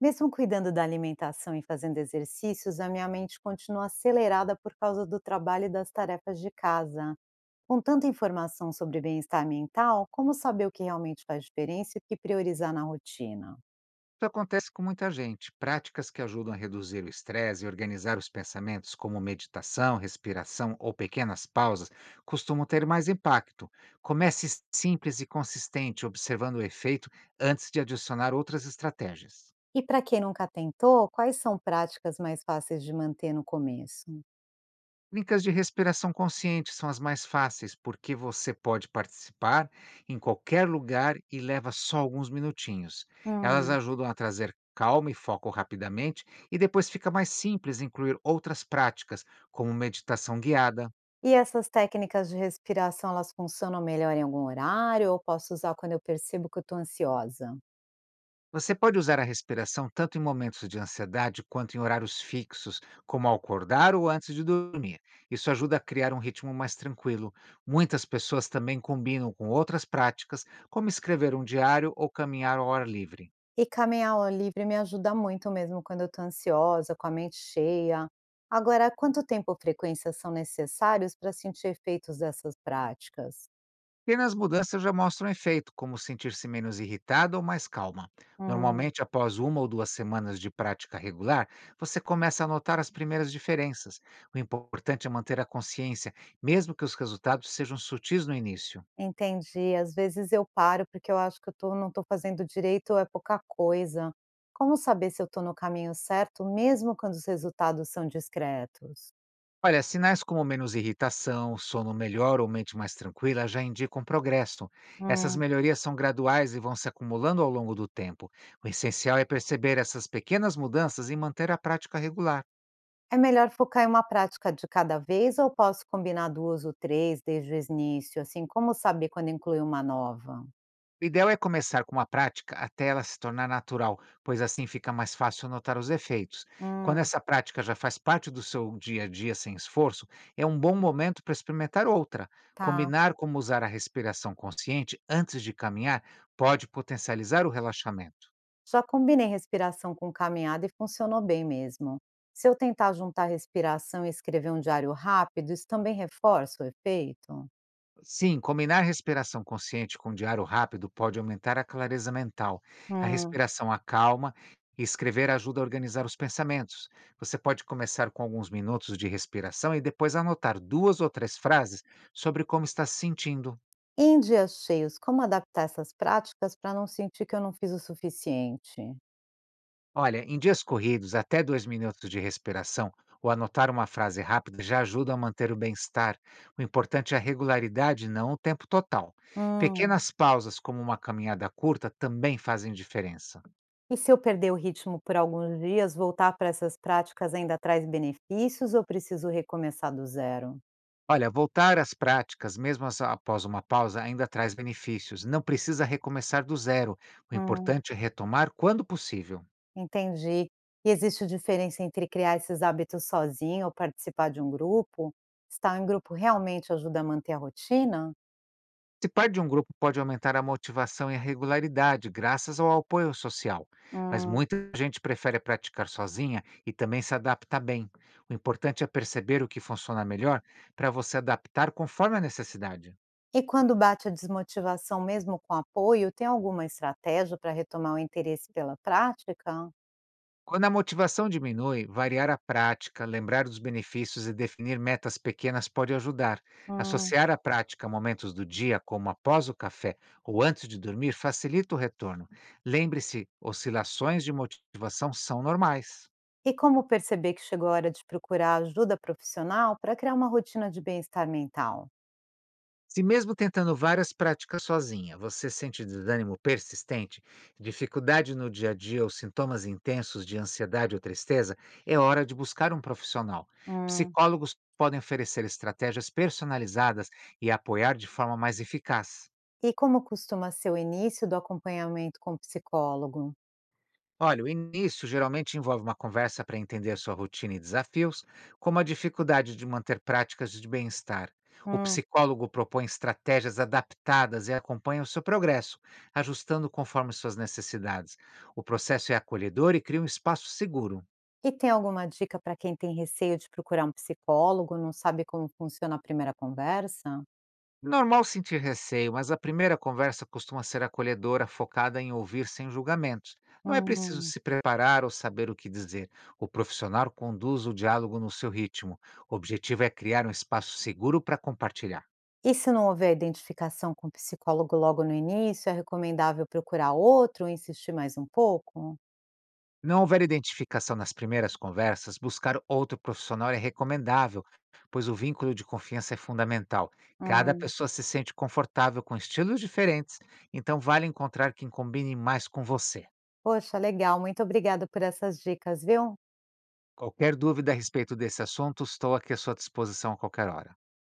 Mesmo cuidando da alimentação e fazendo exercícios, a minha mente continua acelerada por causa do trabalho e das tarefas de casa. Com tanta informação sobre bem-estar mental, como saber o que realmente faz diferença e o que priorizar na rotina? Isso acontece com muita gente. Práticas que ajudam a reduzir o estresse e organizar os pensamentos, como meditação, respiração ou pequenas pausas, costumam ter mais impacto. Comece simples e consistente, observando o efeito antes de adicionar outras estratégias. E para quem nunca tentou, quais são práticas mais fáceis de manter no começo? Técnicas de respiração consciente são as mais fáceis, porque você pode participar em qualquer lugar e leva só alguns minutinhos. Elas Hum. ajudam a trazer calma e foco rapidamente, e depois fica mais simples incluir outras práticas, como meditação guiada. E essas técnicas de respiração, elas funcionam melhor em algum horário ou posso usar quando eu percebo que eu estou ansiosa? Você pode usar a respiração tanto em momentos de ansiedade quanto em horários fixos, como ao acordar ou antes de dormir. Isso ajuda a criar um ritmo mais tranquilo. Muitas pessoas também combinam com outras práticas, como escrever um diário ou caminhar ao ar livre. E caminhar ao ar livre me ajuda muito mesmo quando eu estou ansiosa, com a mente cheia. Agora, quanto tempo ou frequência são necessários para sentir efeitos dessas práticas? Pequenas mudanças já mostram efeito, como sentir-se menos irritado ou mais calma. Hum, Normalmente, após uma ou duas semanas de prática regular, você começa a notar as primeiras diferenças. O importante é manter a consciência, mesmo que os resultados sejam sutis no início. entendi. Às vezes eu paro porque eu acho que eu tô, não estou fazendo direito ou é pouca coisa. Como saber se eu estou no caminho certo, mesmo quando os resultados são discretos? Olha, sinais como menos irritação, sono melhor ou mente mais tranquila já indicam progresso. Essas Hum, melhorias são graduais e vão se acumulando ao longo do tempo. O essencial é perceber essas pequenas mudanças e manter a prática regular. é melhor focar em uma prática de cada vez ou posso combinar duas ou três desde o início? Assim, como saber quando incluir uma nova? O ideal é começar com uma prática até ela se tornar natural, pois assim fica mais fácil notar os efeitos. Quando Hum, essa prática já faz parte do seu dia a dia sem esforço, é um bom momento para experimentar outra. tá. Combinar como usar a respiração consciente antes de caminhar pode potencializar o relaxamento. Já combinei respiração com caminhada e funcionou bem mesmo. Se eu tentar juntar respiração e escrever um diário rápido, isso também reforça o efeito? Sim, combinar respiração consciente com um diário rápido pode aumentar a clareza mental. A Hum. respiração acalma e escrever ajuda a organizar os pensamentos. Você pode começar com alguns minutos de respiração e depois anotar duas ou três frases sobre como está se sentindo. E em dias cheios, como adaptar essas práticas para não sentir que eu não fiz o suficiente? Olha, em dias corridos, até dois minutos de respiração ou anotar uma frase rápida já ajuda a manter o bem-estar. O importante é a regularidade, não o tempo total. Hum. Pequenas pausas, como uma caminhada curta, também fazem diferença. E se eu perder o ritmo por alguns dias, voltar para essas práticas ainda traz benefícios ou preciso recomeçar do zero? Olha, voltar às práticas, após uma pausa, ainda traz benefícios. Não precisa recomeçar do zero. O Hum. importante é retomar quando possível. Entendi. E existe diferença entre criar esses hábitos sozinho ou participar de um grupo? Estar em grupo realmente ajuda a manter a rotina? Participar de um grupo pode aumentar a motivação e a regularidade, graças ao apoio social. Mas Hum. muita gente prefere praticar sozinha e também se adapta bem. O importante é perceber o que funciona melhor para você adaptar conforme a necessidade. E quando bate a desmotivação, mesmo com apoio, tem alguma estratégia para retomar o interesse pela prática? Quando a motivação diminui, variar a prática, lembrar dos benefícios e definir metas pequenas pode ajudar. Hum. Associar a prática a momentos do dia, como após o café ou antes de dormir, facilita o retorno. Lembre-se, oscilações de motivação são normais. E como perceber que chegou a hora de procurar ajuda profissional para criar uma rotina de bem-estar mental? Se mesmo tentando várias práticas sozinha, você sente desânimo persistente, dificuldade no dia a dia ou sintomas intensos de ansiedade ou tristeza, é hora de buscar um profissional. Hum. Psicólogos podem oferecer estratégias personalizadas e apoiar de forma mais eficaz. E como costuma ser o início do acompanhamento com o psicólogo? Olha, o início geralmente envolve uma conversa para entender sua rotina e desafios, como a dificuldade de manter práticas de bem-estar. O Hum. psicólogo propõe estratégias adaptadas e acompanha o seu progresso, ajustando conforme suas necessidades. O processo é acolhedor e cria um espaço seguro. E tem alguma dica para quem tem receio de procurar um psicólogo, não sabe como funciona a primeira conversa? Normal sentir receio, mas a primeira conversa costuma ser acolhedora, focada em ouvir sem julgamentos. Não é preciso Hum. se preparar ou saber o que dizer. O profissional conduz o diálogo no seu ritmo. O objetivo é criar um espaço seguro para compartilhar. E se não houver identificação com o psicólogo logo no início, é recomendável procurar outro ou insistir mais um pouco? Não houver identificação nas primeiras conversas, buscar outro profissional é recomendável, pois o vínculo de confiança é fundamental. Cada Hum. pessoa se sente confortável com estilos diferentes, então vale encontrar quem combine mais com você. Poxa, legal. Muito obrigada por essas dicas, viu? Qualquer dúvida a respeito desse assunto, estou aqui à sua disposição a qualquer hora.